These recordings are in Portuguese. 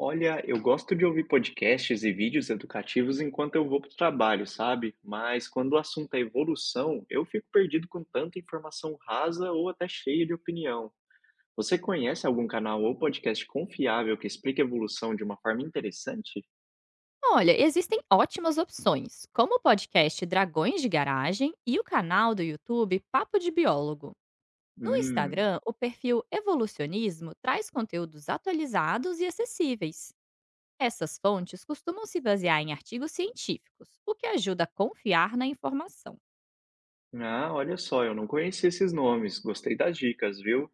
Olha, eu gosto de ouvir podcasts e vídeos educativos enquanto eu vou para o trabalho, sabe? Mas quando o assunto é evolução, eu fico perdido com tanta informação rasa ou até cheia de opinião. Você conhece algum canal ou podcast confiável que explique a evolução de uma forma interessante? Olha, existem ótimas opções, como o podcast Dragões de Garagem e o canal do YouTube Papo de Biólogo. No Hum, Instagram, o perfil Evolucionismo traz conteúdos atualizados e acessíveis. Essas fontes costumam se basear em artigos científicos, o que ajuda a confiar na informação. ah, olha só, eu não conhecia esses nomes, gostei das dicas, viu?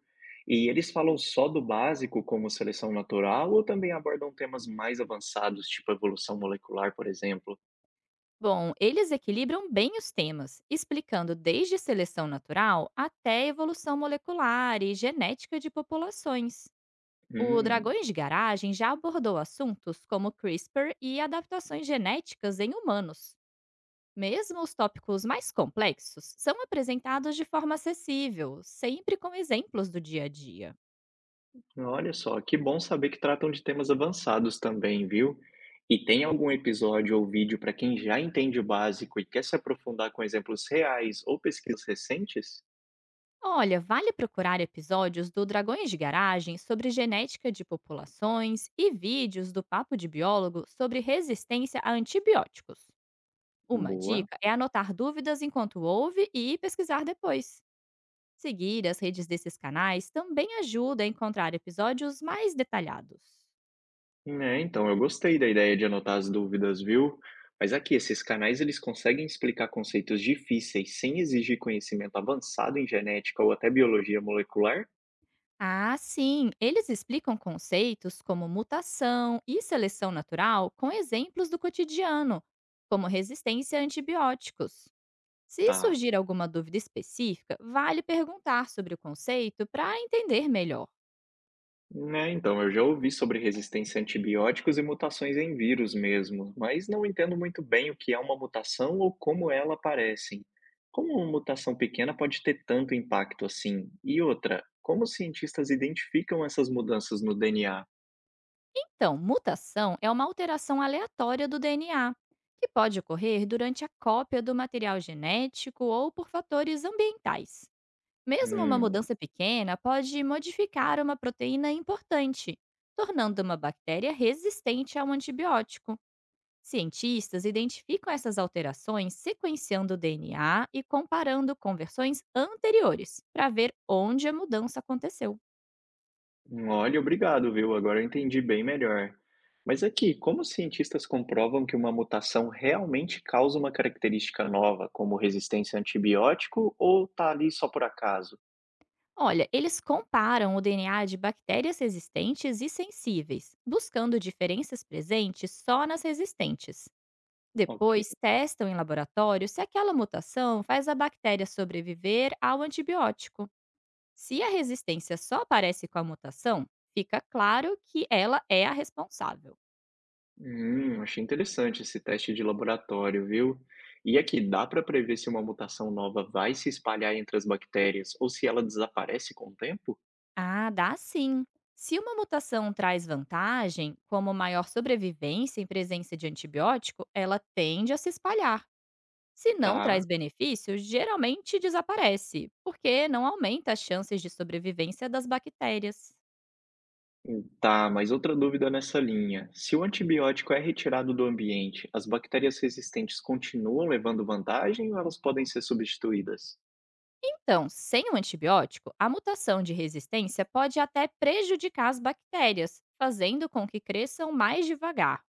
E eles falam só do básico, como seleção natural, ou também abordam temas mais avançados, tipo evolução molecular, por exemplo? Bom, eles equilibram bem os temas, explicando desde seleção natural até evolução molecular e genética de populações. O Hum. Dragões de Garagem já abordou assuntos como CRISPR e adaptações genéticas em humanos. Mesmo os tópicos mais complexos são apresentados de forma acessível, sempre com exemplos do dia a dia. Olha só, que bom saber que tratam de temas avançados também, viu? E tem algum episódio ou vídeo para quem já entende o básico e quer se aprofundar com exemplos reais ou pesquisas recentes? Olha, vale procurar episódios do Dragões de Garagem sobre genética de populações e vídeos do Papo de Biólogo sobre resistência a antibióticos. Uma Boa. dica é anotar dúvidas enquanto ouve e pesquisar depois. Seguir as redes desses canais também ajuda a encontrar episódios mais detalhados. É, então eu gostei da ideia de anotar as dúvidas, viu? Mas aqui, esses canais eles conseguem explicar conceitos difíceis sem exigir conhecimento avançado em genética ou até biologia molecular? Ah, sim, eles explicam conceitos como mutação e seleção natural com exemplos do cotidiano, como resistência a antibióticos. Se Tá. surgir alguma dúvida específica, vale perguntar sobre o conceito para entender melhor. Né, então, eu já ouvi sobre resistência a antibióticos e mutações em vírus mesmo, mas não entendo muito bem o que é uma mutação ou como ela aparece. Como uma mutação pequena pode ter tanto impacto assim? E outra, como os cientistas identificam essas mudanças no DNA? Então, mutação é uma alteração aleatória do DNA, que pode ocorrer durante a cópia do material genético ou por fatores ambientais. Mesmo uma Hum, mudança pequena pode modificar uma proteína importante, tornando uma bactéria resistente a um antibiótico. Cientistas identificam essas alterações sequenciando o DNA e comparando com versões anteriores para ver onde a mudança aconteceu. Olha, obrigado, viu? Agora eu entendi bem melhor. Mas aqui, como os cientistas comprovam que uma mutação realmente causa uma característica nova, como resistência a antibiótico, ou tá ali só por acaso? Olha, eles comparam o DNA de bactérias resistentes e sensíveis, buscando diferenças presentes só nas resistentes. Ok. Depois, testam em laboratório se aquela mutação faz a bactéria sobreviver ao antibiótico. Se a resistência só aparece com a mutação, fica claro que ela é a responsável. Achei interessante esse teste de laboratório, viu? E aqui, dá para prever se uma mutação nova vai se espalhar entre as bactérias ou se ela desaparece com o tempo? Ah, dá sim! Se uma mutação traz vantagem, como maior sobrevivência em presença de antibiótico, ela tende a se espalhar. Se não Tá. traz benefício, geralmente desaparece, porque não aumenta as chances de sobrevivência das bactérias. Tá, mas outra dúvida nessa linha. Se o antibiótico é retirado do ambiente, as bactérias resistentes continuam levando vantagem ou elas podem ser substituídas? Então, sem o antibiótico, a mutação de resistência pode até prejudicar as bactérias, fazendo com que cresçam mais devagar.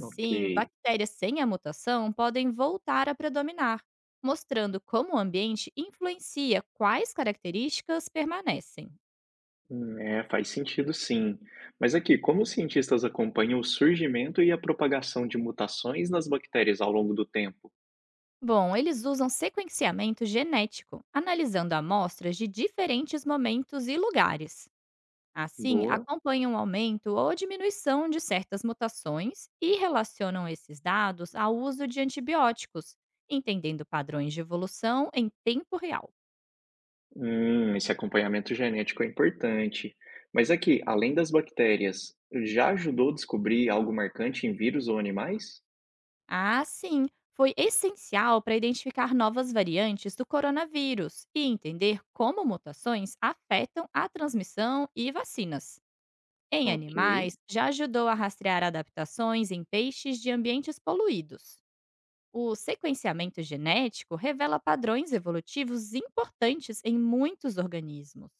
Ok. bactérias sem a mutação podem voltar a predominar, mostrando como o ambiente influencia quais características permanecem. É, faz sentido sim. Mas aqui, como os cientistas acompanham o surgimento e a propagação de mutações nas bactérias ao longo do tempo? Bom, eles usam sequenciamento genético, analisando amostras de diferentes momentos e lugares. Assim, Boa. acompanham o aumento ou diminuição de certas mutações e relacionam esses dados ao uso de antibióticos, entendendo padrões de evolução em tempo real. Esse acompanhamento genético é importante. Mas aqui, além das bactérias, já ajudou a descobrir algo marcante em vírus ou animais? Assim, foi essencial para identificar novas variantes do coronavírus e entender como mutações afetam a transmissão e vacinas. Em Ok. animais, já ajudou a rastrear adaptações em peixes de ambientes poluídos. O sequenciamento genético revela padrões evolutivos importantes em muitos organismos.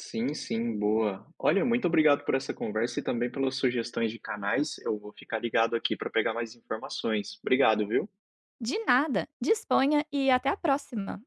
Sim, sim, boa. Olha, muito obrigado por essa conversa e também pelas sugestões de canais. Eu vou ficar ligado aqui para pegar mais informações. Obrigado, viu? De nada, disponha e até a próxima!